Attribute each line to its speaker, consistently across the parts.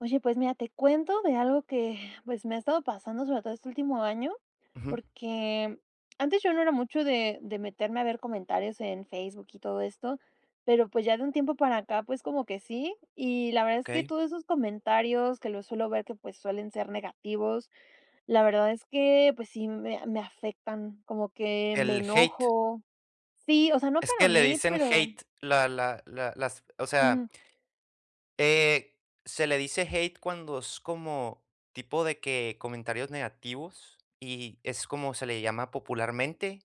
Speaker 1: Oye, pues mira, te cuento de algo que pues me ha estado pasando, sobre todo este último año,
Speaker 2: Ujú,
Speaker 1: porque antes yo no era mucho de meterme a ver comentarios en Facebook y todo esto, pero pues ya de un tiempo para acá, pues como que sí, y la verdad es que
Speaker 2: okey.
Speaker 1: todos esos comentarios que los suelo ver que pues suelen ser negativos, la verdad es que pues sí me afectan, como que me
Speaker 2: El hate,
Speaker 1: enojo. Sí, o sea, no
Speaker 2: es
Speaker 1: para
Speaker 2: que le
Speaker 1: mí,
Speaker 2: dicen
Speaker 1: pero...
Speaker 2: hate, la la la las o sea,
Speaker 1: ujú,
Speaker 2: eh, se le dice hate cuando es como tipo de que comentarios negativos, y es como se le llama popularmente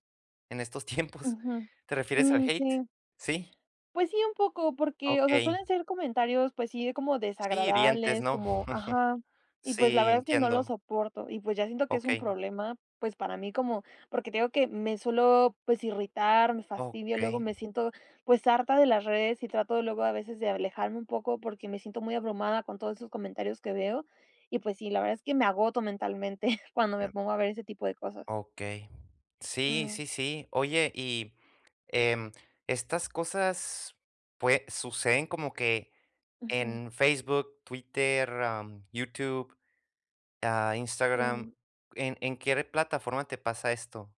Speaker 2: en estos tiempos.
Speaker 1: ujú,
Speaker 2: ¿Te refieres al
Speaker 1: mm,
Speaker 2: hate?
Speaker 1: sí.
Speaker 2: Sí,
Speaker 1: Pues sí, un poco, porque, o sea,
Speaker 2: okey.
Speaker 1: suelen ser comentarios, pues sí, como
Speaker 2: Sí, hirientes,
Speaker 1: desagradables,
Speaker 2: ¿no?
Speaker 1: como, ajá, y pues la
Speaker 2: Sí,
Speaker 1: verdad es que no lo
Speaker 2: entiendo.
Speaker 1: soporto y pues ya siento que es un
Speaker 2: Okey,
Speaker 1: problema, pues para mí como, porque tengo que me suelo pues irritar, me fastidio, luego
Speaker 2: okey,
Speaker 1: me siento pues harta de las redes y trato luego a veces de alejarme un poco porque me siento muy abrumada con todos esos comentarios que veo y pues sí, la verdad es que me agoto mentalmente cuando me pongo a ver ese tipo de cosas.
Speaker 2: okey. Sí,
Speaker 1: Mm,
Speaker 2: sí, sí. Oye, y Em, estas cosas, pues, suceden como que
Speaker 1: ujú.
Speaker 2: en Facebook, Twitter, YouTube,
Speaker 1: Em,
Speaker 2: Instagram. ¿En qué plataforma te pasa esto?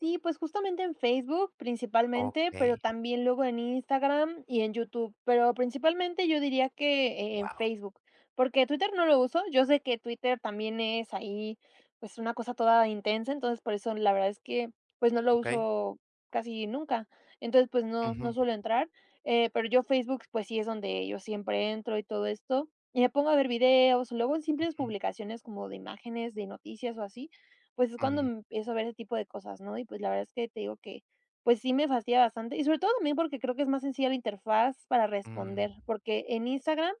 Speaker 1: Sí, pues justamente en Facebook principalmente,
Speaker 2: Ok,
Speaker 1: pero también luego en Instagram y en YouTube, pero principalmente yo diría que en
Speaker 2: wow,
Speaker 1: Facebook, porque Twitter no lo uso, yo sé que Twitter también es ahí, pues, una cosa toda intensa, entonces, por eso la verdad es que, pues, no lo
Speaker 2: ok.
Speaker 1: uso casi nunca, entonces, pues, no
Speaker 2: Ujú,
Speaker 1: suelo entrar, pero yo Facebook, pues, sí es donde yo siempre entro y todo esto, y me pongo a ver videos, luego en simples
Speaker 2: ujú,
Speaker 1: publicaciones como de imágenes, de noticias o así, pues, es cuando
Speaker 2: ujú,
Speaker 1: empiezo a ver ese tipo de cosas, ¿no? Y, pues, la verdad es que te digo que, pues, sí me fastidia bastante, y sobre todo también porque creo que es más sencilla la interfaz para
Speaker 2: mm,
Speaker 1: responder, porque en Instagram,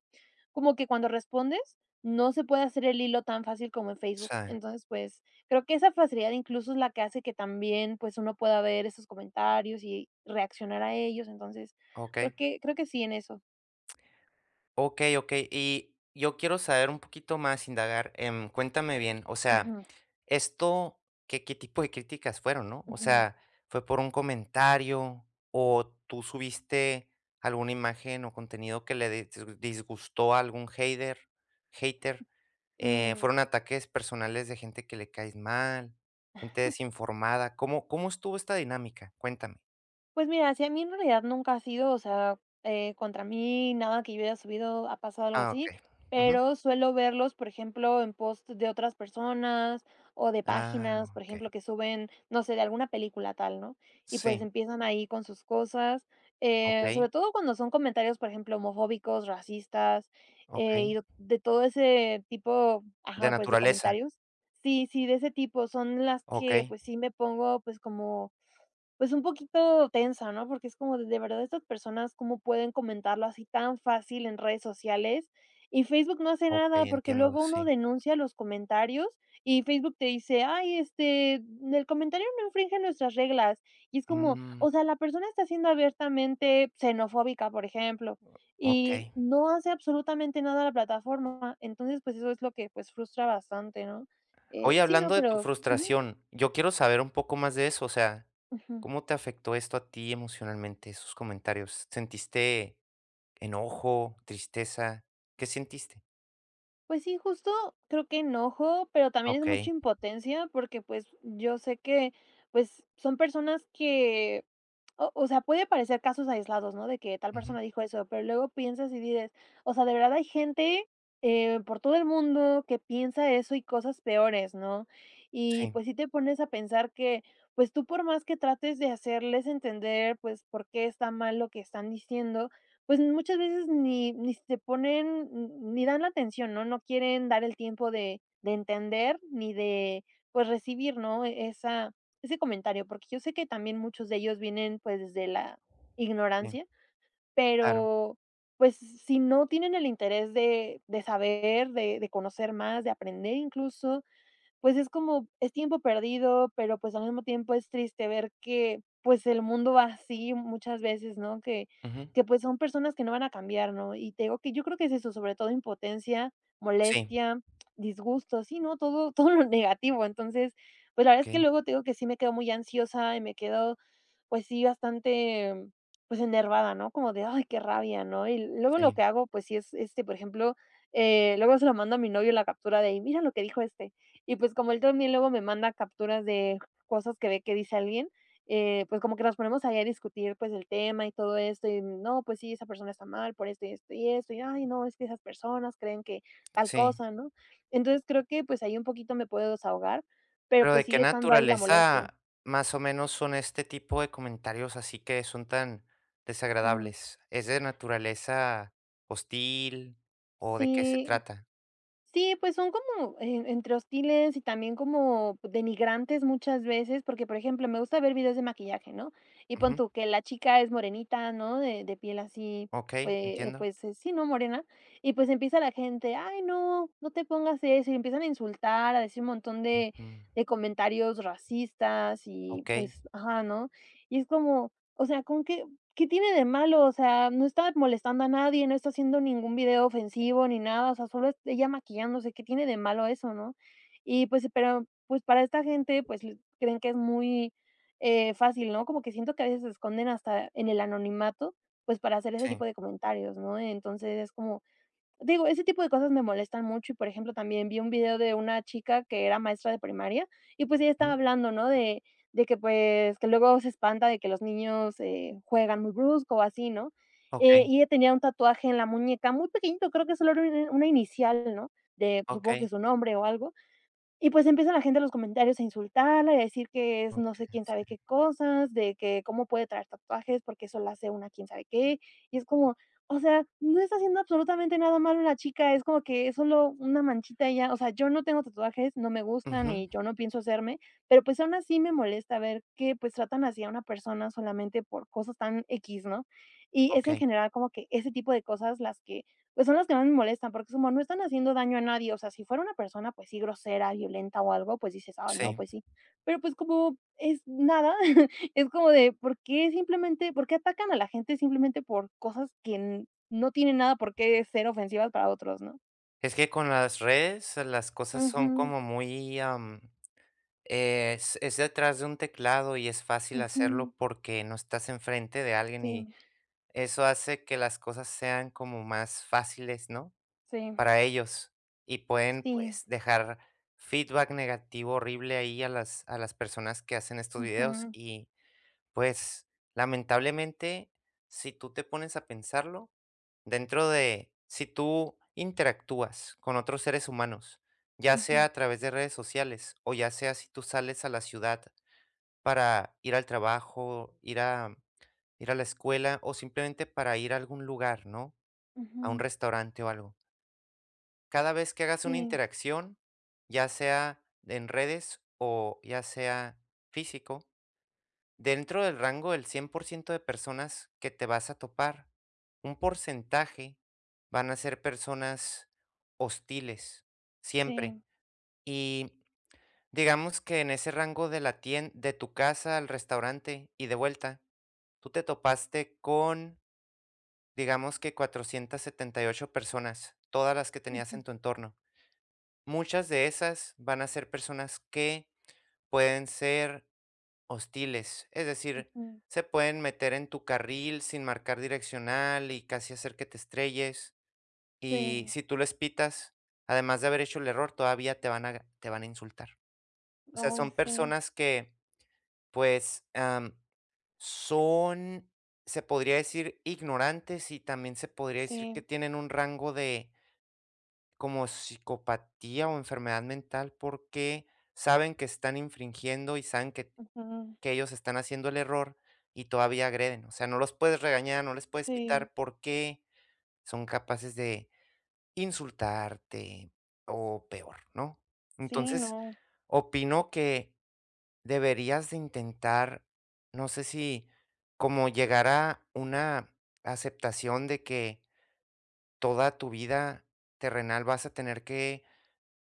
Speaker 1: como que cuando respondes, no se puede hacer el hilo tan fácil como en Facebook.
Speaker 2: sí,
Speaker 1: Entonces, pues, creo que esa facilidad incluso es la que hace que también, pues, uno pueda ver esos comentarios y reaccionar a ellos. Entonces,
Speaker 2: ok,
Speaker 1: creo que sí en eso.
Speaker 2: ok, ok. Y yo quiero saber un poquito más, indagar. Cuéntame bien, o sea.
Speaker 1: Ujú,
Speaker 2: Esto, ¿qué tipo de críticas fueron, no? O
Speaker 1: ujú,
Speaker 2: sea, ¿fue por un comentario o tú subiste alguna imagen o contenido que le dis disgustó a algún hater?
Speaker 1: mm.
Speaker 2: ¿Fueron ataques personales de gente que le caes mal, gente desinformada? ¿Cómo estuvo esta dinámica? Cuéntame.
Speaker 1: Pues mira, si a mí en realidad nunca ha sido, o sea, contra mí nada que yo haya subido ha pasado algo
Speaker 2: Ah,
Speaker 1: así,
Speaker 2: okey. Ujú.
Speaker 1: pero suelo verlos, por ejemplo, en post de otras personas o de
Speaker 2: Ah,
Speaker 1: páginas, por
Speaker 2: okey.
Speaker 1: ejemplo, que suben, no sé, de alguna película tal, ¿no? Y pues
Speaker 2: Sí,
Speaker 1: empiezan ahí con sus cosas,
Speaker 2: okey,
Speaker 1: sobre todo cuando son comentarios, por ejemplo, homofóbicos, racistas,
Speaker 2: okey.
Speaker 1: y de todo ese tipo,
Speaker 2: De
Speaker 1: ajá, pues de
Speaker 2: naturaleza.
Speaker 1: comentarios. Sí, sí, de ese tipo son las que
Speaker 2: Okey,
Speaker 1: pues sí me pongo pues como pues, un poquito tensa, ¿no? Porque es como de verdad estas personas, ¿cómo pueden comentarlo así tan fácil en redes sociales? Y Facebook no hace nada,
Speaker 2: okey,
Speaker 1: porque
Speaker 2: entiendo,
Speaker 1: luego uno
Speaker 2: sí.
Speaker 1: denuncia los comentarios y Facebook te dice: "Ay, este, el comentario no infringe nuestras reglas". Y es como,
Speaker 2: Mm,
Speaker 1: o sea, la persona está siendo abiertamente xenofóbica, por ejemplo, y
Speaker 2: okey.
Speaker 1: no hace absolutamente nada la plataforma. Entonces, pues, eso es lo que, pues, frustra bastante, ¿no?
Speaker 2: Oye,
Speaker 1: Sí, no,
Speaker 2: hablando de tu
Speaker 1: pero ujú,
Speaker 2: frustración, yo quiero saber un poco más de eso, o sea,
Speaker 1: ujú.
Speaker 2: ¿cómo te afectó esto a ti emocionalmente, esos comentarios? ¿Sentiste enojo, tristeza? ¿Qué sentiste?
Speaker 1: Pues sí, justo creo que enojo, pero también es mucha
Speaker 2: Okey,
Speaker 1: impotencia porque, pues, yo sé que, pues, son personas que, o sea, puede parecer casos aislados, ¿no? De que tal
Speaker 2: ujú,
Speaker 1: persona dijo eso, pero luego piensas y dices, o sea, de verdad hay gente, por todo el mundo que piensa eso y cosas peores, ¿no? Y,
Speaker 2: sí,
Speaker 1: pues, sí te pones a pensar que, pues, tú por más que trates de hacerles entender, pues, por qué está mal lo que están diciendo, pues, muchas veces ni se ponen, n ni dan la atención, ¿no? No quieren dar el tiempo de entender ni de, pues, recibir, ¿no? Esa ese comentario, porque yo sé que también muchos de ellos vienen, pues, desde la
Speaker 2: sí,
Speaker 1: ignorancia,
Speaker 2: claro,
Speaker 1: pero, pues, si no tienen el interés de saber, de conocer más, de aprender incluso, pues, es como es tiempo perdido, pero, pues, al mismo tiempo es triste ver que, pues, el mundo va así muchas veces, ¿no?
Speaker 2: ujú,
Speaker 1: Que, pues, son personas que no van a cambiar, ¿no? Y te digo que yo creo que es eso, sobre todo impotencia,
Speaker 2: sí,
Speaker 1: molestia, disgusto, sí, ¿no? Todo todo lo negativo. Entonces, pues, la verdad es que
Speaker 2: okey,
Speaker 1: luego te digo que sí me quedo muy ansiosa y me quedo, pues sí, bastante, pues, enervada, ¿no? Como de: "Ay, qué rabia", ¿no? Y luego lo
Speaker 2: sí,
Speaker 1: que hago, pues sí es, este, por ejemplo, luego se lo mando a mi novio la captura de: "Mira lo que dijo este". Y, pues, como él también luego me manda capturas de cosas que ve que dice alguien, pues, como que nos ponemos ahí a discutir, pues, el tema y todo esto, y no, pues sí, esa persona está mal por esto, y esto, y esto, y ay, no, es que esas personas creen que tal
Speaker 2: sí,
Speaker 1: cosa, ¿no? Entonces, creo que, pues, ahí un poquito me puedo desahogar, pero,
Speaker 2: pero,
Speaker 1: pues,
Speaker 2: ¿de qué
Speaker 1: sigue estando ahí la molestia.
Speaker 2: naturaleza más o menos son este tipo de comentarios así que son tan
Speaker 1: Ujú.
Speaker 2: desagradables? ¿Es de naturaleza hostil o de qué se
Speaker 1: Sí,
Speaker 2: trata?
Speaker 1: sí, pues son como en entre hostiles y también como denigrantes muchas veces, porque, por ejemplo, me gusta ver videos de maquillaje, ¿no? Y pon
Speaker 2: Ujú,
Speaker 1: tú que la chica es morenita, ¿no? De piel así,
Speaker 2: okey, entiendo.
Speaker 1: pues, sí, ¿no? Morena. Y, pues, empieza la gente: "Ay, no, no te pongas eso", y empiezan a insultar, a decir un montón de
Speaker 2: Ujú,
Speaker 1: comentarios racistas y,
Speaker 2: okey,
Speaker 1: pues, ajá, ¿no? Y es como, o sea, ¿con qué ¿Qué tiene de malo? O sea, no está molestando a nadie, no está haciendo ningún video ofensivo ni nada, o sea, solo es ella maquillándose, ¿qué tiene de malo eso, no? Y pues, pero, pues para esta gente, creen que es muy fácil, ¿no? Como que siento que a veces se esconden hasta en el anonimato, pues para hacer ese
Speaker 2: sí.
Speaker 1: tipo de comentarios, ¿no? Entonces es como, digo, ese tipo de cosas me molestan mucho y, por ejemplo, también vi un video de una chica que era maestra de primaria y, pues, ella estaba
Speaker 2: Ujú,
Speaker 1: hablando, ¿no? De que, pues, que luego se espanta de que los niños, juegan muy brusco o así, ¿no?
Speaker 2: okey,
Speaker 1: Y ella tenía un tatuaje en la muñeca muy pequeñito, creo que solo era una inicial, ¿no? De, pues, supongo que
Speaker 2: okey,
Speaker 1: su nombre o algo. Y pues empieza la gente en los comentarios a insultarla y a decir que es no sé
Speaker 2: okey.
Speaker 1: quién sabe qué cosas, de que cómo puede traer tatuajes porque eso la hace una quién sabe qué. Y es como, o sea, no está haciendo absolutamente nada malo la chica, es como que es solo una manchita y ya. O sea, yo no tengo tatuajes, no me gustan
Speaker 2: Ujú,
Speaker 1: y yo no pienso hacerme, pero pues aún así me molesta ver que pues tratan así a una persona solamente por cosas tan X, ¿no? Y es en
Speaker 2: okey,
Speaker 1: general como que ese tipo de cosas las que pues son las que más me molestan, porque es como, no están haciendo daño a nadie, o sea, si fuera una persona, pues sí, grosera, violenta o algo, pues dices: ah no,
Speaker 2: sí.
Speaker 1: pues sí". Pero, pues, como es nada, es como de, ¿por qué simplemente por qué atacan a la gente simplemente por cosas que n no tienen nada por qué ser ofensivas para otros, no?
Speaker 2: Es que con las redes las cosas son
Speaker 1: Ujú,
Speaker 2: como muy, es detrás de un teclado y es fácil
Speaker 1: ujú,
Speaker 2: hacerlo porque no estás enfrente de alguien
Speaker 1: sí,
Speaker 2: y eso hace que las cosas sean como más fáciles, ¿no?
Speaker 1: sí,
Speaker 2: Para ellos y pueden,
Speaker 1: sí,
Speaker 2: pues, dejar feedback negativo horrible ahí a las personas que hacen estos videos
Speaker 1: ujú,
Speaker 2: y pues, lamentablemente, si tú te pones a pensarlo, dentro de si tú interactúas con otros seres humanos, ya sea
Speaker 1: ujú,
Speaker 2: a través de redes sociales o ya sea si tú sales a la ciudad para ir al trabajo, ir a la escuela o simplemente para ir a algún lugar, ¿no? A un
Speaker 1: ujú,
Speaker 2: restaurante o algo. Cada vez que hagas una
Speaker 1: sí,
Speaker 2: interacción, ya sea en redes o ya sea físico, dentro del rango del 100% de personas que te vas a topar, un porcentaje van a ser personas hostiles, siempre.
Speaker 1: sí,
Speaker 2: Y digamos que en ese rango de la tienda, de tu casa al restaurante y de vuelta, tú te topaste con, digamos que 478 personas, todas las que tenías
Speaker 1: ujú,
Speaker 2: en tu entorno. Muchas de esas van a ser personas que pueden ser hostiles, es decir,
Speaker 1: ujú,
Speaker 2: se pueden meter en tu carril sin marcar direccional y casi hacer que te estrelles. Y
Speaker 1: sí,
Speaker 2: si tú les pitas, además de haber hecho el error, todavía te van a insultar. O sea,
Speaker 1: ay,
Speaker 2: son
Speaker 1: sí,
Speaker 2: personas que, pues, son, se podría decir, ignorantes y también se podría decir que
Speaker 1: sí,
Speaker 2: tienen un rango de como psicopatía o enfermedad mental porque saben que están infringiendo y saben que
Speaker 1: ujú,
Speaker 2: que ellos están haciendo el error y todavía agreden. O sea, no los puedes regañar, no les puedes
Speaker 1: sí,
Speaker 2: pitar porque son capaces de insultarte o peor, ¿no?
Speaker 1: sí,
Speaker 2: Entonces,
Speaker 1: no.
Speaker 2: opino que deberías de intentar, no sé si como llegar a una aceptación de que toda tu vida terrenal vas a tener que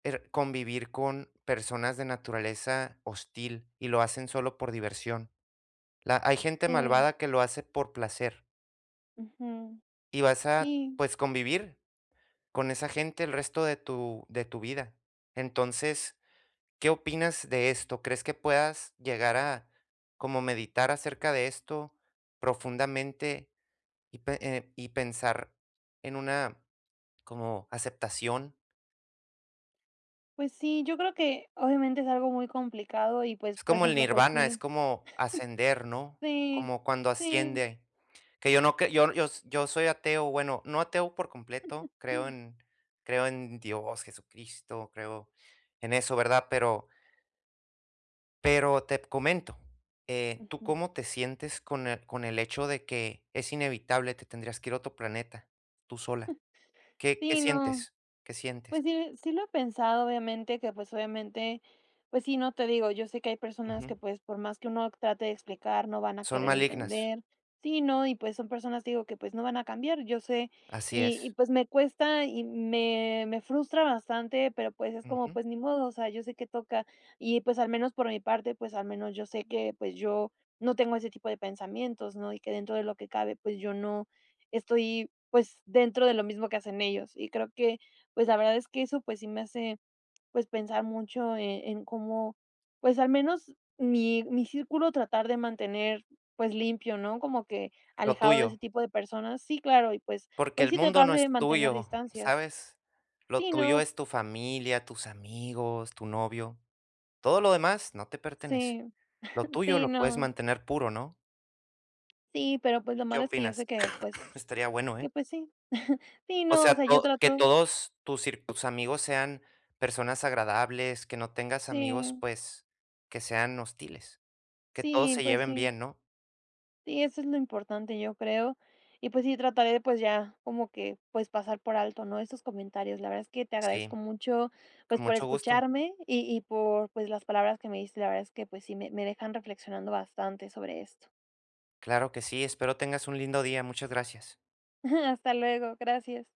Speaker 2: convivir con personas de naturaleza hostil y lo hacen solo por diversión. La hay gente
Speaker 1: Sí,
Speaker 2: malvada que lo hace por placer
Speaker 1: ujú.
Speaker 2: y vas a,
Speaker 1: Sí,
Speaker 2: pues, convivir con esa gente el resto de tu vida. Entonces, ¿qué opinas de esto? ¿Crees que puedas llegar a como meditar acerca de esto profundamente y pe y pensar en una como aceptación?
Speaker 1: pues sí, yo creo que obviamente es algo muy complicado y pues,
Speaker 2: Es
Speaker 1: por
Speaker 2: como el
Speaker 1: ejemplo, pues
Speaker 2: nirvana, es
Speaker 1: sí,
Speaker 2: como ascender, ¿no?
Speaker 1: sí,
Speaker 2: Como cuando
Speaker 1: sí,
Speaker 2: asciende, que yo no que yo yo s yo soy ateo, bueno, no ateo por completo, creo en creo en Dios, Jesucristo, creo en eso, ¿verdad? Pero te comento, ¿tú
Speaker 1: ujú.
Speaker 2: cómo te sientes con el hecho de que es inevitable, te tendrías que ir a otro planeta, tú sola? ¿Qué
Speaker 1: Sí, no.
Speaker 2: sientes? ¿Qué sientes?
Speaker 1: Pues sí, sí lo he pensado, obviamente, que pues obviamente, pues sí, no te digo, yo sé que hay personas
Speaker 2: Ujú.
Speaker 1: que pues por más que uno trate de explicar, no van a
Speaker 2: Son
Speaker 1: querer
Speaker 2: malignas,
Speaker 1: entender, sí, no, y pues son personas, digo, que pues no van a cambiar, yo sé,
Speaker 2: así es.
Speaker 1: y pues me cuesta y me frustra bastante, pero pues es como,
Speaker 2: Ujú.
Speaker 1: pues ni modo, o sea, yo sé que toca, y pues al menos por mi parte, pues al menos yo sé que pues yo no tengo ese tipo de pensamientos, ¿no? Y que dentro de lo que cabe, pues yo no estoy pues dentro de lo mismo que hacen ellos, y creo que pues, la verdad es que eso, pues, sí me hace, pues, pensar mucho en cómo, pues, al menos mi círculo tratar de mantener, pues, limpio, ¿no? Como que
Speaker 2: Lo
Speaker 1: alejado de ese
Speaker 2: tuyo.
Speaker 1: tipo de personas. Sí, claro, y pues
Speaker 2: Porque
Speaker 1: pues
Speaker 2: el
Speaker 1: sí,
Speaker 2: mundo
Speaker 1: tratar
Speaker 2: no
Speaker 1: de
Speaker 2: es
Speaker 1: mantener
Speaker 2: tuyo,
Speaker 1: distancias.
Speaker 2: ¿sabes? Lo
Speaker 1: Sí,
Speaker 2: tuyo
Speaker 1: no,
Speaker 2: es tu familia, tus amigos, tu novio. Todo lo demás no te pertenece.
Speaker 1: sí,
Speaker 2: Lo tuyo
Speaker 1: sí,
Speaker 2: lo puedes
Speaker 1: no,
Speaker 2: mantener puro, ¿no?
Speaker 1: sí, pero, pues, lo
Speaker 2: ¿Qué
Speaker 1: malo es que yo sé
Speaker 2: opinas? Estaría bueno, ¿eh?
Speaker 1: que, pues sí. Sí,
Speaker 2: O
Speaker 1: no, o
Speaker 2: sea,
Speaker 1: sea, yo
Speaker 2: que
Speaker 1: trato
Speaker 2: todos tus, tus amigos sean personas agradables, que no tengas
Speaker 1: sí,
Speaker 2: amigos, pues, que sean hostiles. Que todos
Speaker 1: sí,
Speaker 2: se
Speaker 1: pues
Speaker 2: lleven
Speaker 1: sí.
Speaker 2: bien, ¿no?
Speaker 1: Sí, eso es lo importante, yo creo. Y pues sí, trataré de pues ya como que pues pasar por alto, ¿no? Estos comentarios. La verdad es que te
Speaker 2: Sí,
Speaker 1: agradezco mucho pues
Speaker 2: con
Speaker 1: por
Speaker 2: mucho gusto.
Speaker 1: escucharme y por pues las palabras que me diste. La verdad es que pues sí me dejan reflexionando bastante sobre esto.
Speaker 2: Claro que sí. Espero tengas un lindo día. Muchas gracias.
Speaker 1: Hasta luego, gracias.